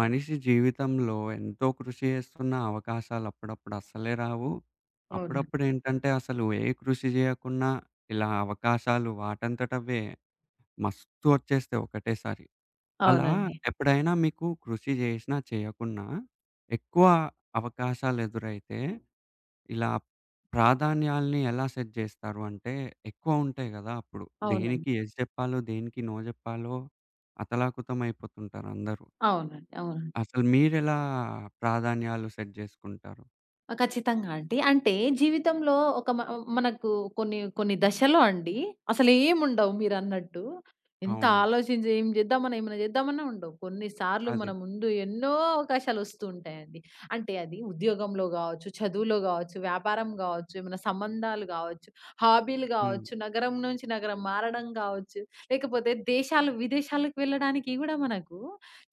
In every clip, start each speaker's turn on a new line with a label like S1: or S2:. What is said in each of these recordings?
S1: మనిషి జీవితంలో ఎంతో కృషి చేస్తున్న అవకాశాలు అప్పుడప్పుడు అస్సలే రావు.
S2: అవును.
S1: అప్పుడప్పుడు ఏంటంటే అసలు ఏ కృషి చేయకున్నా ఇలా అవకాశాలు వాటంతట అవే మస్తు వచ్చేస్తాయి ఒకటేసారి. అలా
S2: అవునండి.
S1: ఎప్పుడైనా మీకు కృషి చేసినా, చేయకున్నా ఎక్కువ అవకాశాలు ఎదురైతే ఇలా ప్రాధాన్యాల్ని ఎలా సెట్ చేస్తారు? అంటే ఎక్కువ ఉంటాయి గదా! అప్పుడు
S2: అవునండి.
S1: దేనికి ఎస్ జెప్పాలో, దేనికి నో జెప్పాలో అతలాకుతమైపోతుంటారు అందరూ.
S2: అవునండి. అవును.
S1: అసలు మీరెలా ప్రాధాన్యాలు సెట్ జేసుకుంటారు?
S2: ఆ! ఖచ్చితంగా అండి. అంటే జీవితంలో ఒక మనకు కొన్ని కొన్ని దశలో అండి అసలేముండవు మీరన్నట్టు. ఎంత
S1: అవును.
S2: ఆలోచించి ఏం చేద్దామన్నా, ఏమైనా చేద్దామన్నా ఉండవు. కొన్ని సార్లు
S1: అదే.
S2: మన ముందు ఎన్నో అవకాశాలొస్తూ ఉంటాయండి. అంటే అది ఉద్యోగంలో గావచ్చు, చదువులో గావచ్చు, వ్యాపారం గావచ్చు, ఏమైనా సంబంధాలు గావచ్చు, హాబీలు
S1: హ్మ్.
S2: గావచ్చు, నగరం నుంచి నగరం మారడం గావచ్చు, లేకపోతే దేశాలు, విదేశాలకు వెళ్ళడానికి గూడా మనకు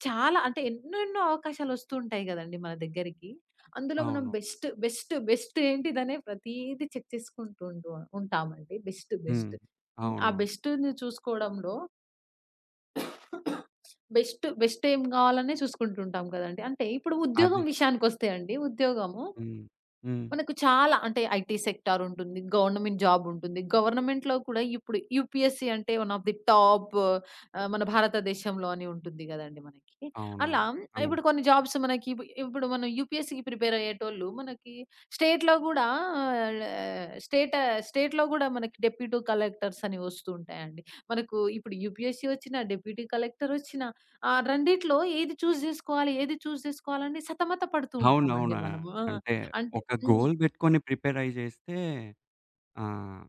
S2: చాలా అంటే ఎన్నెన్నో అవకాశాలొస్తూ ఉంటాయి గదండీ మన దగ్గరికి. అందులో మనం
S1: అవును.
S2: బెస్ట్, బెస్ట్, బెస్ట్ ఏంటిదనే ప్రతీది చెక్ చేసుకుంటూ ఉంటామండి. బెస్ట్,
S1: హ్మ్.
S2: బెస్ట్. హ్మ్. ఆ
S1: అవును.
S2: బెస్ట్‌ని చూసుకోవడంలో బెస్ట్, బెస్ట్ ఏం కావాలనే చూసుకుంటూ ఉంటాం కదండీ. అంటే ఇప్పుడు
S1: అదే.
S2: ఉద్యోగం విషయానికొస్తే అండి, ఉద్యోగము
S1: హ్మ్. హ్మ్.
S2: మనకు చాలా అంటే ఐటీ సెక్టార్ ఉంటుంది. గవర్నమెంట్ జాబ్ ఉంటుంది. గవర్నమెంట్‌లో కూడా ఇప్పుడు యూపీఎస్‌సీ అంటే వన్ ఆఫ్ ది టాప్ మన భారతదేశంలో అని ఉంటుంది గదండీ మనకి.
S1: అవును.
S2: అలా
S1: అవును.
S2: ఇప్పుడు కొన్ని జాబ్స్ మనకి ఇప్పుడు మనం యూపీఎస్‌సీకి ప్రిపేర్ అయ్యేటోళ్ళు మనకి స్టేట్‌లో గూడా ఆహ్, స్టేట్ స్టేట్‌లో గూడా మనకి డెప్యూటీ కలెక్టర్స్ అని వస్తూ ఉంటాయండి. మనకు ఇప్పుడు యూపీఎస్‌సీ వచ్చినా, డెప్యూటీ కలెక్టర్ వచ్చినా ఆ రెండిట్లో ఏది చూజ్ జేసుకోవాలి, ఏది చూజ్ జేసుకోవాలని సతమతపడుతూ ఉంటామండి
S1: అవునవునా!
S2: మనము. ఆ!
S1: అంటే
S2: అంటే
S1: ఒక
S2: హ్మ్.
S1: గోల్ బెట్టుకొని ప్రిపేర్ అయ్యి జేస్తే ఆహ్,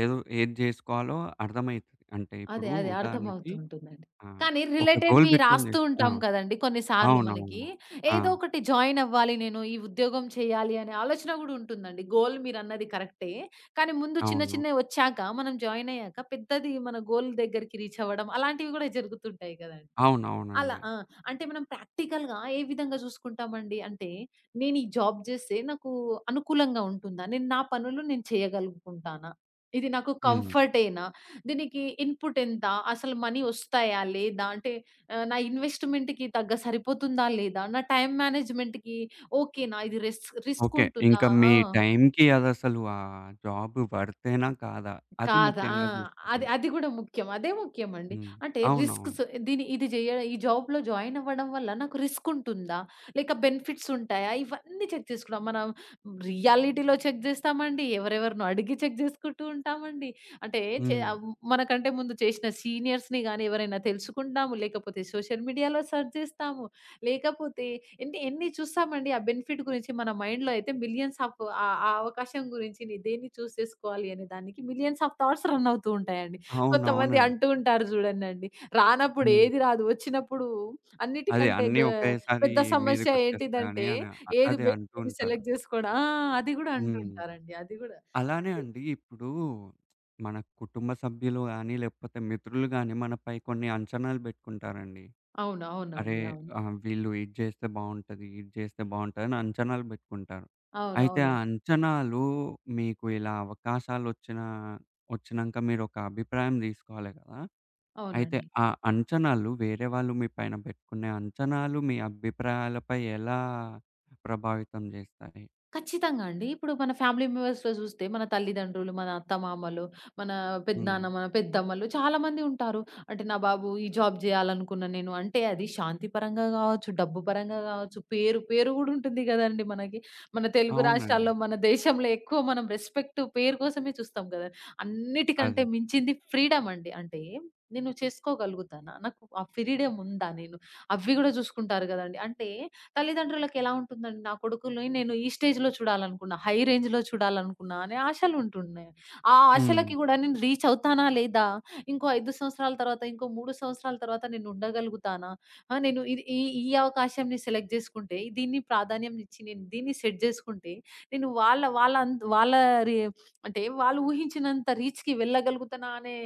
S1: ఏదో ఏది జేసుకోవాలో అర్థమైతది. అంటే
S2: అదే.
S1: ఇప్పుడు
S2: అదే.
S1: ఉదాహరణకి
S2: అర్థమవుతుంటుందండి.
S1: ఆ!
S2: కానీ
S1: ఒక గోల్
S2: రిలేటెడ్‌వి
S1: బెట్టుకొని
S2: రాస్తూ
S1: జేస్తే ఆ!
S2: ఉంటాం కదండీ కొన్ని సార్లు
S1: అవునవును.
S2: మనకి.
S1: ఆ!
S2: ఏదో ఒకటి జాయిన్ అవ్వాలి, నేను ఈ ఉద్యోగం చేయాలి అనే ఆలోచన గూడా ఉంటుందండి. గోల్ మీరన్నది కరెక్టే. కానీ ముందు చిన్న
S1: అవును.
S2: చిన్నవి వచ్చాక మనం జాయిన్ అయ్యాక పెద్దది మన గోల్ దగ్గరికి రీచ్ అవ్వడం అలాంటివి గూడా జరుగుతుంటాయి గదండీ! అలా
S1: అవునవునండి.
S2: ఆ! అంటే మనం ప్రాక్టికల్‌గా ఏ విధంగా చూసుకుంటామండి అంటే, నేను ఈ జాబ్ చేస్తే నాకు అనుకూలంగా ఉంటుందా? నేను నా పనులు నేను చేయగలుగుకుంటానా? ఇది నాకు
S1: హ్మ్.
S2: కంఫర్టేనా? దీనికి ఇన్‌పుట్ ఎంత? అసలు మనీ వస్తాయా? లేదా? అంటే నా ఇన్వెస్ట్‌మెంట్‌కి తగ్గ సరిపోతుందా? లేదా? నా టైమ్ మేనేజ్‌మెంట్‌కి ఓకేనా? ఇది రిస్క్ రిస్క్
S1: ఓకే. ఇంక
S2: ఉంటుందా?
S1: మీ
S2: ఆ!
S1: టైంకి అదసలు ఆ జాబ్ వర్తేనా? కాదా? అది
S2: కాదా! ఆ!
S1: ముఖ్యంగా
S2: అది
S1: చూసుకోమంటే.
S2: అది గూడా ముఖ్యం. అదే ముఖ్యమండి.
S1: హ్మ్.
S2: అంటే
S1: అవునవును.
S2: రిస్క్స్ దీని ఇది జేయ ఈ జాబ్‌లో జాయిన్ అవ్వడం వల్ల నాకు రిస్క్ ఉంటుందా? లేక బెనిఫిట్స్ ఉంటాయా? ఇవన్నీ చెక్ చేసుకున్నాం. మనం రియాలిటీలో చెక్ జేస్తామండి. ఎవరెవరినో అడిగి చెక్ జేసుకుంటూ ఉంటామండి. అంటే చే
S1: హ్మ్.
S2: ఆహ్, మనకంటే ముందు చేసిన సీనియర్స్‌ని గాని ఎవరైనా తెలుసుకుంటాము. లేకపోతే సోషల్ మీడియాలో సెర్చ్ జేస్తాము. లేకపోతే అంటే ఎన్ని చూస్తామండి. ఆ బెనిఫిట్ గురించి మన మైండ్‌లో అయితే మిలియన్స్ ఆఫ్ ఆ ఆ అవకాశం గురించి దేన్ని చేసుకోవాలి అనే దానికి మిలియన్స్ ఆఫ్ థాట్స్ రన్ అవుతూ ఉంటాయండి. కొంతమంది
S1: అవునవునండి.
S2: అంటూ ఉంటారు చూడండండి. రానప్పుడు
S1: హ్మ్.
S2: ఏది రాదు. వచ్చినప్పుడు
S1: అదే
S2: అన్నిటికంటే
S1: అన్నీ ఒకేసారి
S2: పెద్ద సమస్య
S1: మీదకొచ్చేస్తాయని
S2: ఏంటిదంటే
S1: అని
S2: ఏది
S1: అదే అంటూ
S2: బెస్టని
S1: ఉంటారు.
S2: సెలెక్ట్ చేసుకోవడం. ఆ! అది గూడా
S1: హ్మ్.
S2: అంటుంటారండి. అది గూడా.
S1: అలానే అండి ఇప్పుడు మన కుటుంబ సభ్యులు గాని, లేకపోతే మిత్రులు గాని మనపై కొన్ని అంచనాలు పెట్టుకుంటారండి.
S2: అవును.
S1: అరే!
S2: అవునండి. అవును.
S1: ఆహ్, వీళ్ళు ఇది జేస్తే బావుంటది, ఇది జేస్తే బావుంటదని అంచనాలు బెట్టుకుంటారు.
S2: అవునవునండి.
S1: అయితే ఆ
S2: అవునండి.
S1: అంచనాలు మీకు ఇలా ఒచ్చినంక మీరొక అభిప్రాయం దీసుకోవాలి గదా! అయితే
S2: అవునండి.
S1: ఆ అంచనాలు వేరే వాళ్ళు మీ పైన బెట్టుకునే అంచనాలు మీ అభిప్రాయాలపై ఎలా ప్రభావితం జేస్తాయి?
S2: ఖచ్చితంగా అండి. ఇప్పుడు మన ఫ్యామిలీ మెంబర్స్‌లో చూస్తే మన తల్లిదండ్రులు, మన అత్తమామలు, మన
S1: హ్మ్.
S2: పెద్దనాన్న, మన పెద్దమ్మలు చాలామంది ఉంటారు. అంటే నా బాబు ఈ జాబ్ చేయాలనుకున్నా నేను, అంటే అది శాంతి పరంగా కావచ్చు, డబ్బు పరంగా కావచ్చు, పేరు పేరు కూడా ఉంటుంది కదండీ మనకి. మన తెలుగు
S1: అవునండి.
S2: రాష్ట్రాల్లో, మన దేశంలో ఎక్కువ మనం రెస్పెక్ట్ పేరు కోసమే చూస్తాం కదా!
S1: అదే.
S2: అన్నిటికంటే మించింది ఫ్రీడమ్ అండి. అంటే నేను చేసుకోగలుగుతానా? నాకు ఆ ఫ్రీడమ్ ఉందా నేను? అవి కూడా చూసుకుంటారు కదండీ. అంటే తల్లిదండ్రులకు ఎలా ఉంటుందండి, నా కొడుకుల్ని నేను ఈ స్టేజ్‌లో చూడాలనుకున్నా, హై రేంజ్‌లో చూడాలనుకున్నా అనే ఆశలు ఉంటున్నాయి. ఆ
S1: హ్మ్.
S2: ఆశలకి గూడా నేను రీచ్ అవుతానా లేదా? ఇంకో 5 సంవత్సరాల తర్వాత, ఇంకో 3 సంవత్సరాల తర్వాత నేను ఉండగలుగుతానా? ఆ! నేను ఇది ఈ ఈ అవకాశంని సెలెక్ట్ జేసుకుంటే, దీన్ని ప్రాధాన్యం ఇచ్చి నేను దీన్ని సెట్ జేసుకుంటే, నేను వాళ్ళ వాళ్ళ అన్ వాళ్ళ రి అంటే వాళ్ళు ఊహించినంత రీచ్‌కి వెళ్ళగలుగుతానా అనే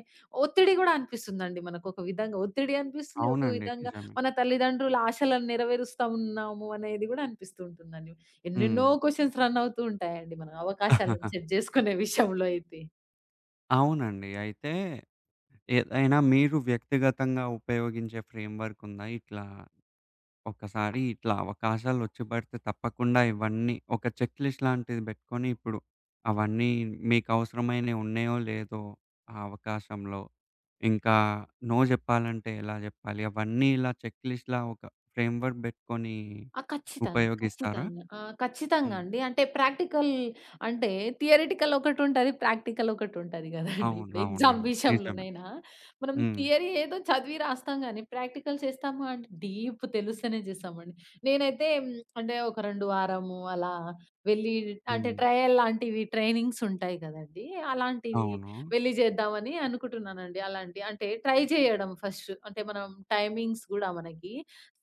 S2: ఒత్తిడి గూడా అనిపిస్తుందండి మనకు ఒక విధంగా. ఒత్తిడి అనిపిస్తుంది. ఒక
S1: అవునండి.
S2: విధంగా
S1: నిజమే.
S2: మన తల్లిదండ్రుల ఆశలను నెరవేరుస్తా ఉన్నాము అనేది గూడా అనిపిస్తూ ఉంటుందండి. ఎన్నెన్నో
S1: హ్మ్.
S2: క్వెషన్స్ రన్ అవుతూ ఉంటాయండి మన అవకాశాలను సెట్ జేసుకునే విషయంలో అయితే.
S1: అవునండి. అయితే ఏదైనా మీరు వ్యక్తిగతంగా ఉపయోగించే ఫ్రేమ్‌వర్క్ ఉందా? ఇట్లా ఒక్కసారి ఇట్లా అవకాశాలొచ్చి పడితే తప్పకుండా ఇవన్నీ ఒక చెక్ లిస్ట్ లాంటిది పెట్టుకొని ఇప్పుడు అవన్నీ మీకవసరమైనయి ఉన్నాయో లేదో ఆ అవకాశంలో, ఇంకా నో జెప్పాలంటే ఎలా జెప్పాలి? అవన్నీ ఇలా చెక్ లిస్ట్‌లా ఒక ఫ్రేమ్‌వర్క్ పెట్టుకొని
S2: ఆ!
S1: ఉపయోగిస్తారా?
S2: ఖచ్చితంగా
S1: హ్మ్.
S2: అండి. అంటే ప్రాక్టికల్ అంటే థియరిటికల్ ఒకటుంటది. ప్రాక్టికల్ ఒకటుంటది గదండీ.
S1: అవును.
S2: ఇప్పుడు ఎగ్జామ్
S1: అవునండి. నిజమే.
S2: విషయంలోనైనా మనం
S1: హ్మ్.
S2: థియరీ ఏదో చదివి రాస్తాం గానీ, ప్రాక్టికల్ చేస్తాము అంటే డీప్ తెలుస్తేనే చేస్తామండి. నేనైతే అంటే ఒక 2 వారము అలా వెళ్లి అంటే
S1: హ్మ్.
S2: ట్రయల్ లాంటివి ట్రైనింగ్స్ ఉంటాయి గదండీ. అలాంటివి
S1: అవును.
S2: వెళ్లి చేద్దామని అనుకుంటున్నానండి. అలాంటి అంటే ట్రై చేయడం ఫస్ట్. అంటే మనం టైమింగ్స్ గూడా మనకి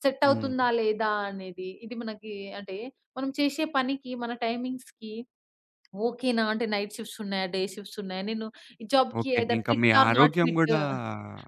S2: సెట్
S1: హ్మ్.
S2: అవుతుందా లేదా అనేది. ఇది మనకి అంటే మనం చేసే పనికి మన టైమింగ్స్‌కి ఓకేనా అంటే నైట్ షిఫ్ట్స్ ఉన్నాయా? డే షిఫ్ట్స్ ఉన్నాయా? నేను ఈ జాబ్‌కి
S1: ఓకే.
S2: ఐదర్
S1: ఇంకా మీ
S2: ఫిట్ ఆర్ నాట్
S1: ఆరోగ్యం
S2: ఫిట్.
S1: గూడా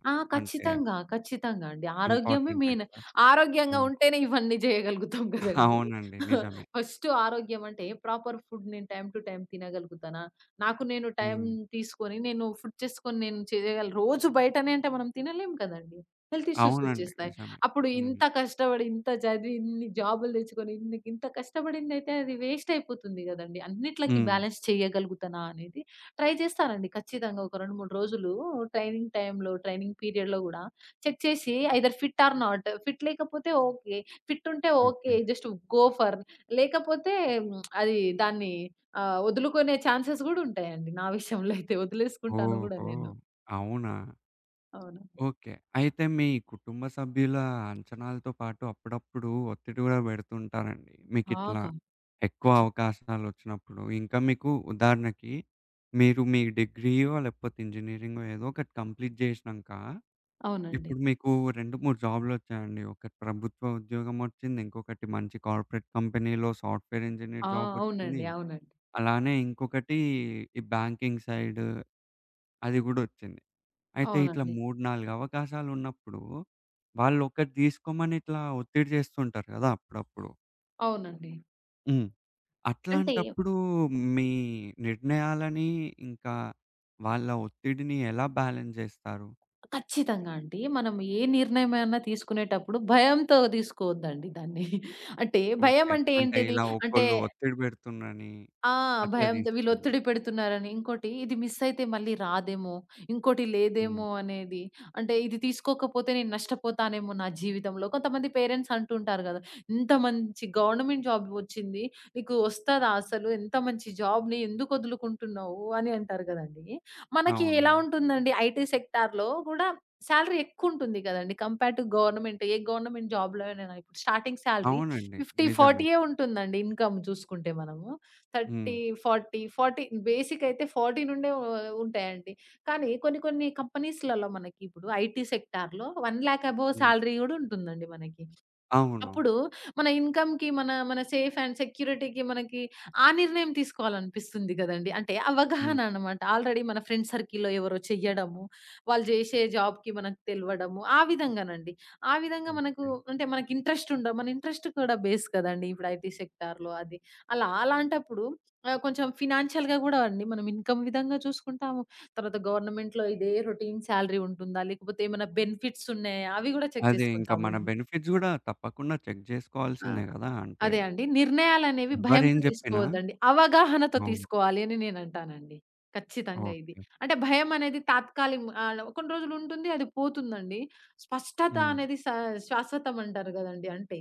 S2: ఆ!
S1: అంటే
S2: ఖచ్చితంగా. ఖచ్చితంగా అండి. ఆరోగ్యమే
S1: ఇంపార్టెంటే
S2: మెయిన్.
S1: గదా!
S2: ఆరోగ్యంగా
S1: హ్మ్.
S2: ఉంటేనే ఇవన్నీ జేయగలుగుతాం గదండీ.
S1: అవునండి. నిజమే.
S2: ఫస్ట్ ఆరోగ్యం అంటే ప్రాపర్ ఫుడ్ నేను టైమ్ టు టైమ్ తినగలుగుతానా? నాకు నేను టైమ్
S1: హ్మ్.
S2: తీసుకొని నేను ఫుడ్ చేసుకొని నేను చేయగల రోజు బయటనే అంటే మనం తినలేం కదండీ. హెల్త్ ఇష్యూస్
S1: అవునండి.
S2: ఒచ్చేస్తాయి.
S1: నిజమే.
S2: అప్పుడు
S1: హ్మ్.
S2: ఇంత కష్టపడి, ఇంత చదివి, ఇన్ని జాబులు తెచ్చుకొని, ఇంత కష్టపడిందయితే అది వేస్ట్ అయిపోతుంది గదండీ. అన్నిట్లకి
S1: హ్మ్.
S2: బ్యాలెన్స్ చేయగలుగుతానా అనేది ట్రై చేస్తానండి. ఖచ్చితంగా ఒక 2, 3 రోజులు ట్రైనింగ్ టైమ్‌లో, ట్రైనింగ్ పీరియడ్‌లో గూడా చెక్ చేసి either fit or not. Fit లేకపోతే ఓకే. ఫిట్ ఉంటే
S1: okay.
S2: Okay. Just go for. లేకపోతే మ్, అది దాన్ని వదులుకునే ఛాన్సెస్ గూడా ఉంటాయండి. నా విషయంలో అయితే వదిలేసుకుంటాను గూడా
S1: ఓహో!
S2: నేను.
S1: అవునా?
S2: అవునండి.
S1: ఓకే. అయితే మీ కుటుంబ సభ్యుల అంచనాలతో పాటు అప్పుడప్పుడు ఒత్తిడి గూడా బెడుతుంటారండి.
S2: ఆ!
S1: మీకిట్లా ఎక్కువ
S2: ఖచ్చిత
S1: అవకాశాలొచ్చినప్పుడు. ఇంకా మీకు ఉదాహరణకి మీరు మీ డిగ్రీయో లేకపోతే ఇంజినీరింగో ఏదో ఒకటి కంప్లీట్ జేసినంక
S2: అవునండి.
S1: ఇప్పుడు మీకు 2, 3 జాబ్‌లొచ్చాయండి. ఒకటి ప్రభుత్వ ఉద్యోగమొచ్చింది. ఇంకొకటి మంచి కార్పొరేట్ కంపెనీలో సాఫ్ట్‌వేర్ ఇంజినీర్
S2: ఆ!
S1: జాబొచ్చింది.
S2: అవునండి. అవునండి.
S1: అలానే ఇంకొకటి ఈ బ్యాంకింగ్ సైడ్ అది గూడొచ్చింది. అయితే ఇట్లా
S2: అవునండి.
S1: 3, 4 అవకాశాలున్నప్పుడు వాళ్ళొకటి తీసుకోమని ఇట్లా ఒత్తిడి చేస్తుంటారు గదా! అప్పుడప్పుడు.
S2: అవునండి.
S1: హ్మ్.
S2: అంటే
S1: అట్లాంటప్పుడు మీ నిర్ణయాలని, ఇంకా వాళ్ళ ఒత్తిడిని ఎలా బ్యాలెన్స్ జేస్తారు?
S2: ఖచ్చితంగా అండి. మనం ఏ నిర్ణయమైనా తీసుకునేటప్పుడు భయంతో తీసుకోవద్దండి దాన్ని. అంటే భయం
S1: ఓకే.
S2: అంటే
S1: అంటే
S2: ఏంటిది?
S1: ఇలా
S2: అంటే
S1: ఒకళ్ళు ఒత్తిడి పెడుతుర్రని
S2: ఆ!
S1: అట్లా
S2: భయంతో వీళ్ళు
S1: తీసుకుంటాం.
S2: ఒత్తిడి పెడుతున్నారని. ఇంకోటి ఇది మిస్ అయితే మళ్ళీ రాదేమో, ఇంకోటి
S1: హ్మ్.
S2: లేదేమో అనేది. అంటే ఇది తీసుకోకపోతే నేను నష్టపోతానేమో నా జీవితంలో. కొంతమంది పేరెంట్స్ అంటుంటారు గదా! ఇంత మంచి గవర్నమెంట్ జాబ్ వచ్చింది. నీకు వస్తదా అసలు? ఎంత మంచి జాబ్‌ని ఎందుకు వదులుకుంటున్నావు? అని అంటారు గదండీ. మనకి
S1: అవును.
S2: ఎలా ఉంటుందండి, ఐటీ సెక్టార్‌లో గూడా సాలరీ ఎక్కువుంటుంది కదండీ. Compare to government. ఏ గవర్నమెంట్ జాబ్‌లో అయినా ఇప్పుడు స్టార్టింగ్ సాలరీ
S1: అవునండి.
S2: 50,
S1: నిజమే.
S2: 40 ఉంటుందండి ఇన్‌కమ్ చూసుకుంటే మనము.
S1: హ్మ్.
S2: 30, 40, 40 బేసిక్ అయితే 40 నుండే ఉంటాయండి. కానీ కొన్ని కొన్ని కంపెనీస్‌లలో మనకి ఇప్పుడు ఐటీ సెక్టార్‌లో 1,00,000 అబోవ్
S1: హ్మ్.
S2: సాలరీ గూడా ఉంటుందండి మనకి.
S1: అవును.
S2: అప్పుడు మన ఇన్‌కమ్‌కి, మన మన సేఫ్ అండ్ సెక్యూరిటీకి మనకి ఆ నిర్ణయం తీసుకోవాలనిపిస్తుంది గదండీ. అంటే
S1: హ్మ్.
S2: అవగాహన అన్నమాట. ఆల్రెడీ మన ఫ్రెండ్ సర్కిల్‌లో ఎవరో చెయ్యడము, వాళ్ళు జేషే జాబ్‌కి మనకు తెలవడము, ఆ విధంగానండి. ఆ విధంగా మనకు
S1: ఓకే.
S2: అంటే మనకి ఇంట్రెస్ట్ ఉండ మన ఇంట్రెస్ట్ కూడా బేస్ కదండీ ఇప్పుడు ఐటీ సెక్టార్‌లో అది. అలా అలాంటప్పుడు కొంచెం ఫినాన్షియల్‌గా గూడా అండి మనం ఇన్‌కమ్ విధంగా చూసుకుంటాము. తర్వాత గవర్నమెంట్‌లో ఇదే రొటీన్ సాలరీ ఉంటుందా? లేకపోతే ఏమైనా బెనిఫిట్స్ ఉన్నాయా? అవి గూడా చెక్
S1: అదే ఇంకా మన
S2: చేసుకుంటామండి.
S1: బెనిఫిట్స్ గూడా తప్పకుండా చెక్
S2: ఆ!
S1: జేసుకోవాల్సిందే గదా! అంటే
S2: అదే అండి. నిర్ణయాలనేవి
S1: ఎవ్వరేం
S2: భయంతో
S1: జెప్పినా
S2: తీసుకోవద్దండి. అవగాహనతో
S1: అవును.
S2: తీసుకోవాలి అని నేనంటానండి. ఖచ్చితంగా ఇది.
S1: ఓకే.
S2: అంటే భయమనేది కొన్ని రోజులుంటుంది, అది పోతుందండి. స్పష్టత
S1: హ్మ్.
S2: అనేది శాశ్వతం అంటారు గదండీ! అంటే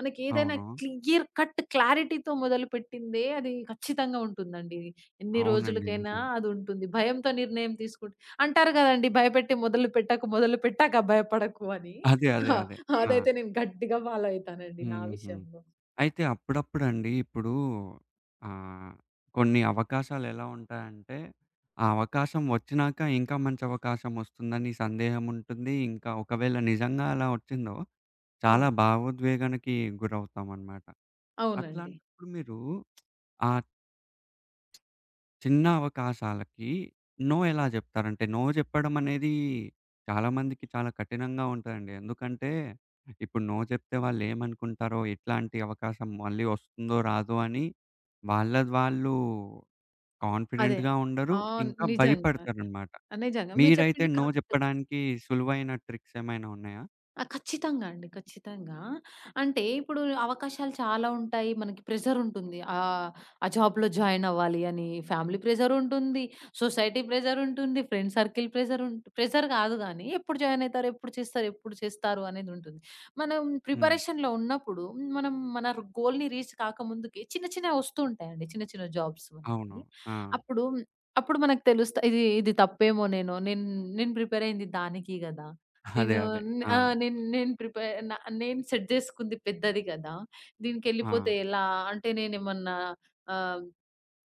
S2: మనకేదైనా
S1: అవును.
S2: క్లియర్ కట్ క్లారిటీతో మొదలుపెట్టిందే అది ఖచ్చితంగా ఉంటుందండి. ఎన్ని
S1: అవునండి.
S2: రోజులకైనా
S1: నిజమే.
S2: అదుంటుంది. భయంతో నిర్ణయం తీసుకుంటే అంటారు గదండీ! భయపెట్టి మొదలు పెట్టకు, మొదలు పెట్టాక భయపడకు అని.
S1: అదే. అదే.
S2: ఆ!
S1: అదే. ఆ!
S2: అదైతే నేను గట్టిగా ఫాలో అయితానండి నా
S1: హుహు.
S2: విషయంలో.
S1: అయితే అప్పుడప్పుడండి ఇప్పుడు ఆహ్, కొన్ని అవకాశాలెలా ఉంటాయంటే, ఆ అవకాశం వచ్చినాక ఇంకా మంచి అవకాశం వస్తుందని సందేహం ఉంటుంది. ఇంకా ఒకవేళ నిజంగా అలా వచ్చిందో చాలా
S2: అవును.
S1: భావోద్వేగానికి గురవుతామనమాట.
S2: అవునండి.
S1: అట్లాంటప్పుడు మీరు ఆ చిన్న అవకాశాలకి నో ఎలా జెప్తారంటే, నో జెప్పడం అనేది చాలామందికి చాలా కఠినంగా ఉంటదండి. ఎందుకంటే, ఇప్పుడు నో జెప్తే వాళ్ళేమనుకుంటారో, ఎట్లాంటి అవకాశం మళ్ళీ ఒస్తుందో, రాదో అని వాళ్ళది వాళ్ళు
S2: అదే.
S1: కాన్ఫిడెంట్‌గా ఉండరు.
S2: ఆ!
S1: ఇంకా
S2: నిజంగా.
S1: భయపడతారనమాట.
S2: నిజంగా. మీరు
S1: మీరైతే
S2: చెప్పింది
S1: నో
S2: కరెక్ట్.
S1: జెప్పడానికి సులువైన ట్రిక్స్ ఏమైనా ఉన్నాయా?
S2: ఆ! ఖచ్చితంగా అండి. ఖచ్చితంగా. అంటే ఇప్పుడు అవకాశాలు చాలా ఉంటాయి. మనకి ప్రెషర్ ఉంటుంది. ఆ జాబ్‌లో జాయిన్ అవ్వాలి అని ఫ్యామిలీ ప్రెషర్ ఉంటుంది. సొసైటీ ప్రెషర్ ఉంటుంది. ఫ్రెండ్ సర్కిల్ ప్రెషర్ కాదు గానీ ఎప్పుడు జాయిన్ అయితారు? ఎప్పుడు చేస్తారు? అనేది ఉంటుంది. మనం
S1: హ్మ్.
S2: ప్రిపరేషన్‌లో ఉన్నప్పుడు మనం మన గోల్‌ని రీచ్ కాకముందుకే చిన్న చిన్నవి వస్తూ ఉంటాయండి. చిన్న చిన్న జాబ్స్
S1: అవును.
S2: మనకి.
S1: ఆ!
S2: అప్పుడు అప్పుడు మనకు తెలుస్తా ఇది ఇది తప్పేమో, నేను నేను నేను ప్రిపేర్ అయింది దానికి గదా!
S1: అదే.
S2: నేను
S1: అదే.
S2: న-
S1: ఆ!
S2: ఆ! నేను నేను ప్రిపేర్ నా నేను సెట్ జేసుకుంది పెద్దది గదా!
S1: ఆ!
S2: దీనికెళ్ళిపోతే ఎలా? అంటే నేనేమన్నా ఆహ్,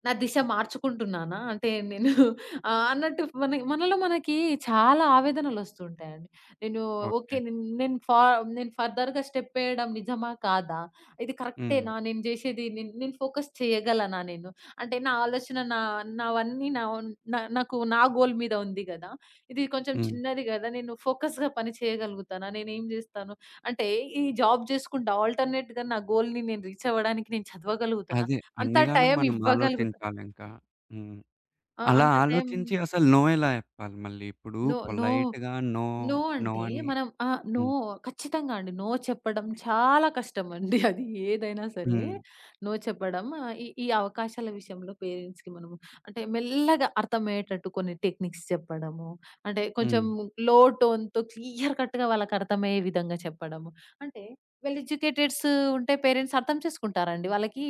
S2: నా దిశ మార్చుకుంటున్నానా? అంటే నేను అన్నట్టు మన మనలో మనకి చాలా ఆవేదనలొస్తుంటాయండి. నేను ఓకే.
S1: ఓకే.
S2: నేను నేను ఫా నేను ఫర్దర్‌గా స్టెప్ వేయడం నిజమా? కాదా? ఇది
S1: హ్మ్.
S2: కరెక్టేనా? నేను జేసేది, నేను నేను ఫోకస్ చేయగలనా నేను? అంటే నా ఆలోచన నా నావన్నీ నా నా- నాకు నా గోల్ మీద ఉంది గదా! ఇది కొంచెం
S1: హ్మ్.
S2: చిన్నది గదా! నేను ఫోకస్‌గా పని చేయగలుగుతానా? నేనేం జేస్తాను? అంటే ఈ జాబ్ జేసుకుంటా ఆల్టర్‌నేట్‌గా నా గోల్‌ని నేను రీచ్ అవ్వడానికి నేను చదవగలుగుతానా?
S1: అదే.
S2: అంత
S1: అన్నిగానం
S2: టైం
S1: మనం
S2: ఇవ్వగలుగుతా
S1: ఆలోచించాలింకా. హ్మ్.
S2: ఆ!
S1: అలా
S2: అంత టైం
S1: ఆలోచించి అసలు నో ఎలా చెప్పాలి మళ్ళీ? ఇప్పుడు
S2: నో.
S1: పొలైట్‌గా నో,
S2: నో
S1: నో
S2: అంటే
S1: అని
S2: మనం ఆ! నో
S1: హ్మ్.
S2: ఖచ్చితంగా అండి. నో చెప్పడం చాలా కష్టం అండి. అది ఏదైనా సరే
S1: హ్మ్.
S2: నో చెప్పడం, ఈ ఈ అవకాశాల విషయంలో పేరెంట్స్‌కి మనము అంటే మెల్లగా అర్థమయ్యేటట్టు కొన్ని టెక్నిక్స్ చెప్పడము. అంటే
S1: హ్మ్.
S2: కొంచెం లో టోన్‌తో క్లియర్ కట్‌గా వాళ్ళకి అర్థమయ్యే విధంగా చెప్పడము. అంటే వెల్ ఎడ్యుకేటెడ్స్ ఉంటే పేరెంట్స్ అర్థం చేసుకుంటారండి. వాళ్ళకి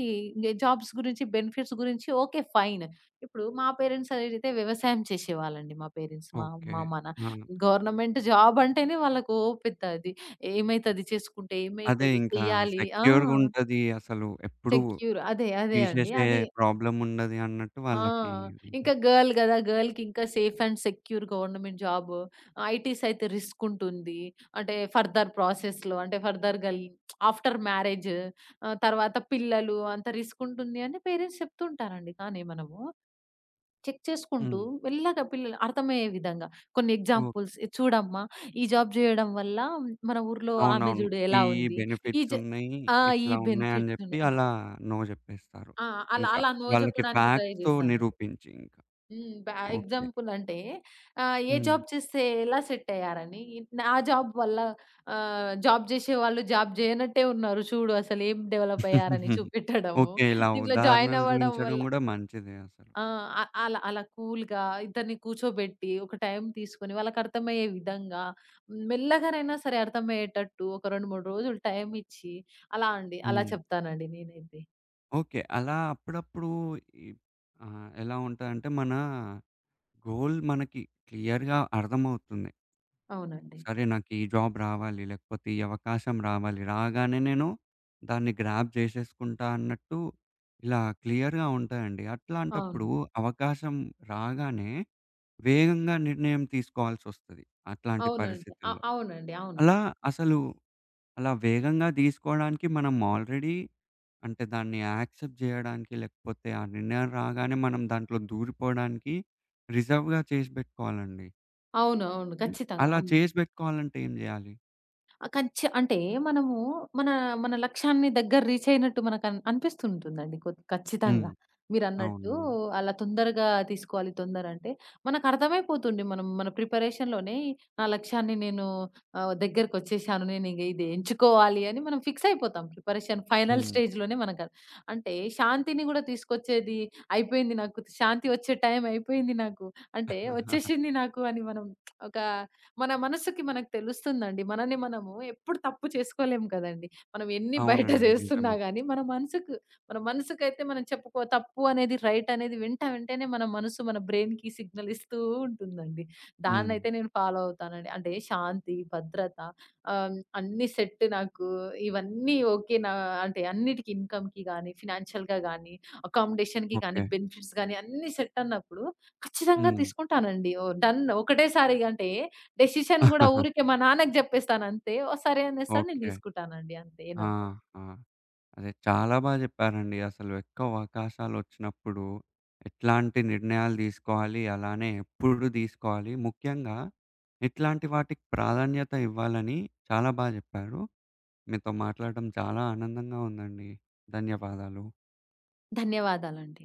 S2: జాబ్స్ గురించి, బెనిఫిట్స్ గురించి ఓకే. ఫైన్. ఇప్పుడు మా పేరెంట్స్ అయితే వ్యవసాయం చేసేవాళ్ళండి. మా పేరెంట్స్ మా
S1: ఓకే.
S2: అమ్మ, మా
S1: ఆ!
S2: గవర్నమెంట్ జాబ్ అంటేనే వాళ్ళకి ఓ పెద్ద అది. ఏమైతది చేసుకుంటే?
S1: అదే
S2: ఏమైతది?
S1: ఇంకా
S2: చెయ్యాలి. ఆ!
S1: సెక్యూర్‌గుంటది. అసలు ఎప్పుడు
S2: సెక్యూర్. అదే. అదే అండి.
S1: తీసేసే
S2: అది
S1: ప్రాబ్లముండది అన్నట్టు
S2: ఆ!
S1: వాళ్ళకి
S2: ఇంకా
S1: ఉంటది.
S2: గర్ల్ గదా! గర్ల్‌కి ఇంకా safe and secure government job. ITs అయితే రిస్క్ ఉంటుంది. అంటే ఫర్దర్ ప్రాసెస్‌లో అంటే ఫర్దర్‌గా ఆఫ్టర్ మ్యారేజ్ తర్వాత పిల్లలు అంత రిస్క్ ఉంటుంది అని పేరెంట్స్ చెప్తుంటారండి. కానీ మనము చెక్ చేసుకుంటూ
S1: హ్మ్.
S2: మెల్లగా పిల్లలు అర్థమయ్యే విధంగా కొన్ని
S1: ఓకే.
S2: ఎగ్జాంపుల్స్ "ఇది చూడమ్మా, ఈ జాబ్ జేయడం వల్ల మన ఊర్లో ఆమె
S1: అవునవును.
S2: జూడు
S1: ఈ
S2: ఎలా
S1: ఈ
S2: ఉంది. ఈ
S1: బెనిఫిట్స్
S2: జ
S1: ఉన్నాయి.
S2: ఆ! ఈ
S1: ఇట్లా ఉన్నాయని
S2: బెనిఫిట్స్
S1: జెప్పి
S2: ఉన్నాయి." ఆ!
S1: అలా నో జెప్పేస్తారు.
S2: ఆ! అలా
S1: ఇంకా
S2: అలా నో
S1: వాళ్ళకి
S2: జెప్పడానికి ట్రై
S1: ఫ్యాక్ట్స్‌తో
S2: జేస్తానండి.
S1: నిరూపించి ఇంకా.
S2: హ్మ్. బా
S1: ఓకే.
S2: ఎగ్జాంపుల్ అంటే ఏ
S1: హ్మ్.
S2: జాబ్ చేస్తే ఎలా సెట్ అయ్యారని, నా జాబ్ వల్ల జాబ్ జేసేవాళ్ళు జాబ్ జేయనట్టే ఉన్నారు చూడు అసలేం డెవలప్ అయ్యారని
S1: హుహుహు.
S2: చూపెట్టడము.
S1: ఓకే. ఇలా
S2: దీంట్లో జాయిన్
S1: ఉదాహరణలు
S2: అవ్వడం
S1: చూయించడం
S2: వల్ల
S1: గూడా మంచిదే అసలు.
S2: ఆ! అ అలా అలా కూల్‌గా ఇద్దరిని కూర్చోబెట్టి, ఒక టైం తీసుకొని వాళ్ళకర్థమయ్యే విధంగా, మెల్లగానైనా సరే అర్థమయ్యేటట్టు ఒక 2, 3 రోజులు టైమిచ్చి, అలా అండి. అలా
S1: హ్మ్.
S2: చెప్తానండి నేనైతే.
S1: ఓకే. అలా అప్పుడప్పుడు ఈ ఆహ్, ఎలా ఉంటదంటే మన గోల్ మనకి క్లియర్‌గా అర్థమవుతుంది.
S2: అవునండి.
S1: సరే నాకు ఈ జాబ్ రావాలి, లేకపోతే ఈ అవకాశం రావాలి. రాగానే నేను దాన్ని గ్రాబ్ చేసేసుకుంటా అన్నట్టు ఇలా క్లియర్‌గా ఉంటాయండి. అట్లాంటప్పుడు
S2: అవును.
S1: అవకాశం రాగానే వేగంగా నిర్ణయం తీసుకోవాల్సొస్తది అట్లాంటి
S2: అవునండి.
S1: పరిస్థితుల్లో.
S2: అవునండి.
S1: అలా
S2: అవునండి.
S1: అసలు అలా వేగంగా తీసుకోవడానికి మనం ఆల్రెడీ అంటే దాన్ని యాక్సెప్ట్ జేయడానికి, లేకపోతే ఆ నిర్ణయం రాగానే మనం దాంట్లో దూరిపోవడానికి రిజర్వ్‌గా చేసి బెట్టుకోవాలండి.
S2: అవును. అవును.
S1: హ్మ్.
S2: ఖచ్చితంగా.
S1: అలా
S2: అవును.
S1: చేసి బెట్టుకోవాలంటే ఏం జేయాలి?
S2: ఆ! అంటే మనము మన, మన లక్ష్యాన్ని దగ్గర రీచ్ అయినట్టు అనిపిస్తుంటుందండి
S1: హ్మ్.
S2: ఖచ్చితంగా.
S1: అవును.
S2: మీరన్నట్టు అలా తొందరగా తీసుకోవాలి, తొందర అంటే, మనకర్థమైపోతుంది, మనం మన ప్రిపరేషన్‌లోనే నా లక్ష్యాన్ని నేను దగ్గరకొచ్చేసాను. నేనింగ ఇది ఎంచుకోవాలి అని మనం ఫిక్స్ అయిపోతాం. ప్రిపరేషన్ ఫైనల్
S1: హ్మ్.
S2: స్టేజ్‌లోనే మనక అంటే శాంతిని గూడా తీసుకొచ్చేది అయిపోయింది. నాకు శాంతి వచ్చే టైం అయిపోయింది నాకు. అంటే వచ్చేసింది నాకు అని మనం ఒక మన మనసుకి మనకు తెలుస్తుందండి. మనని మనము ఎప్పుడు తప్పు చేసుకోలేం కదండీ. మనం ఎన్ని బయట
S1: అవునండి.
S2: చేస్తున్నా
S1: నిజమే.
S2: గాని మన మనసుకు మన మనసుకైతే మనం చెప్పుకో తప్పు అనేది, రైట్ అనేది వింటా, వెంటనే మన మనసు మన బ్రెయిన్‌కి సిగ్నల్ ఇస్తూ ఉంటుందండి.
S1: హ్మ్.
S2: దాన్నైతే నేను ఫాలో అవుతానండి. అంటే శాంతి, భద్రత అన్నీ సెట్ నాకు ఇవన్నీ ఓకే. నా అంటే అన్నిటికి ఇన్‌కమ్‌కి గాని, ఫినాన్షియల్‌గా గాని, అకామోడేషన్‌కి
S1: ఓకే.
S2: గాని, బెనిఫిట్స్ గాని అన్నీ సెట్ అన్నప్పుడు ఖచ్చితంగా
S1: హ్మ్.
S2: తీసుకుంటానండి. ఓ డన్ ఒకటేసారి అంటే డెసిషన్ గూడా ఊరికే మా నాన్నకి జెప్పేస్తానంతే. సరే అనేస్తాడు. నేను
S1: ఓకే.
S2: దీసుకుంటానండి అంతే. ఏం అవ్వదు.
S1: ఆహా! అదే. చాలా బాగా జెప్పారండి. అసలు ఎక్కువ అవకాశాలొచ్చినప్పుడు ఎట్లాంటి నిర్ణయాలు దీసుకోవాలి, అలానే ఎప్పుడు దీసుకోవాలి, ముఖ్యంగా ఎట్లాంటి వాటికి ప్రాధాన్యత ఇవ్వాలని చాలా బా జెప్పారు. మీతో మాట్లాడడం చాలా ఆనందంగా ఉందండి. ధన్యవాదాలు.
S2: ధన్యవాదాలండి.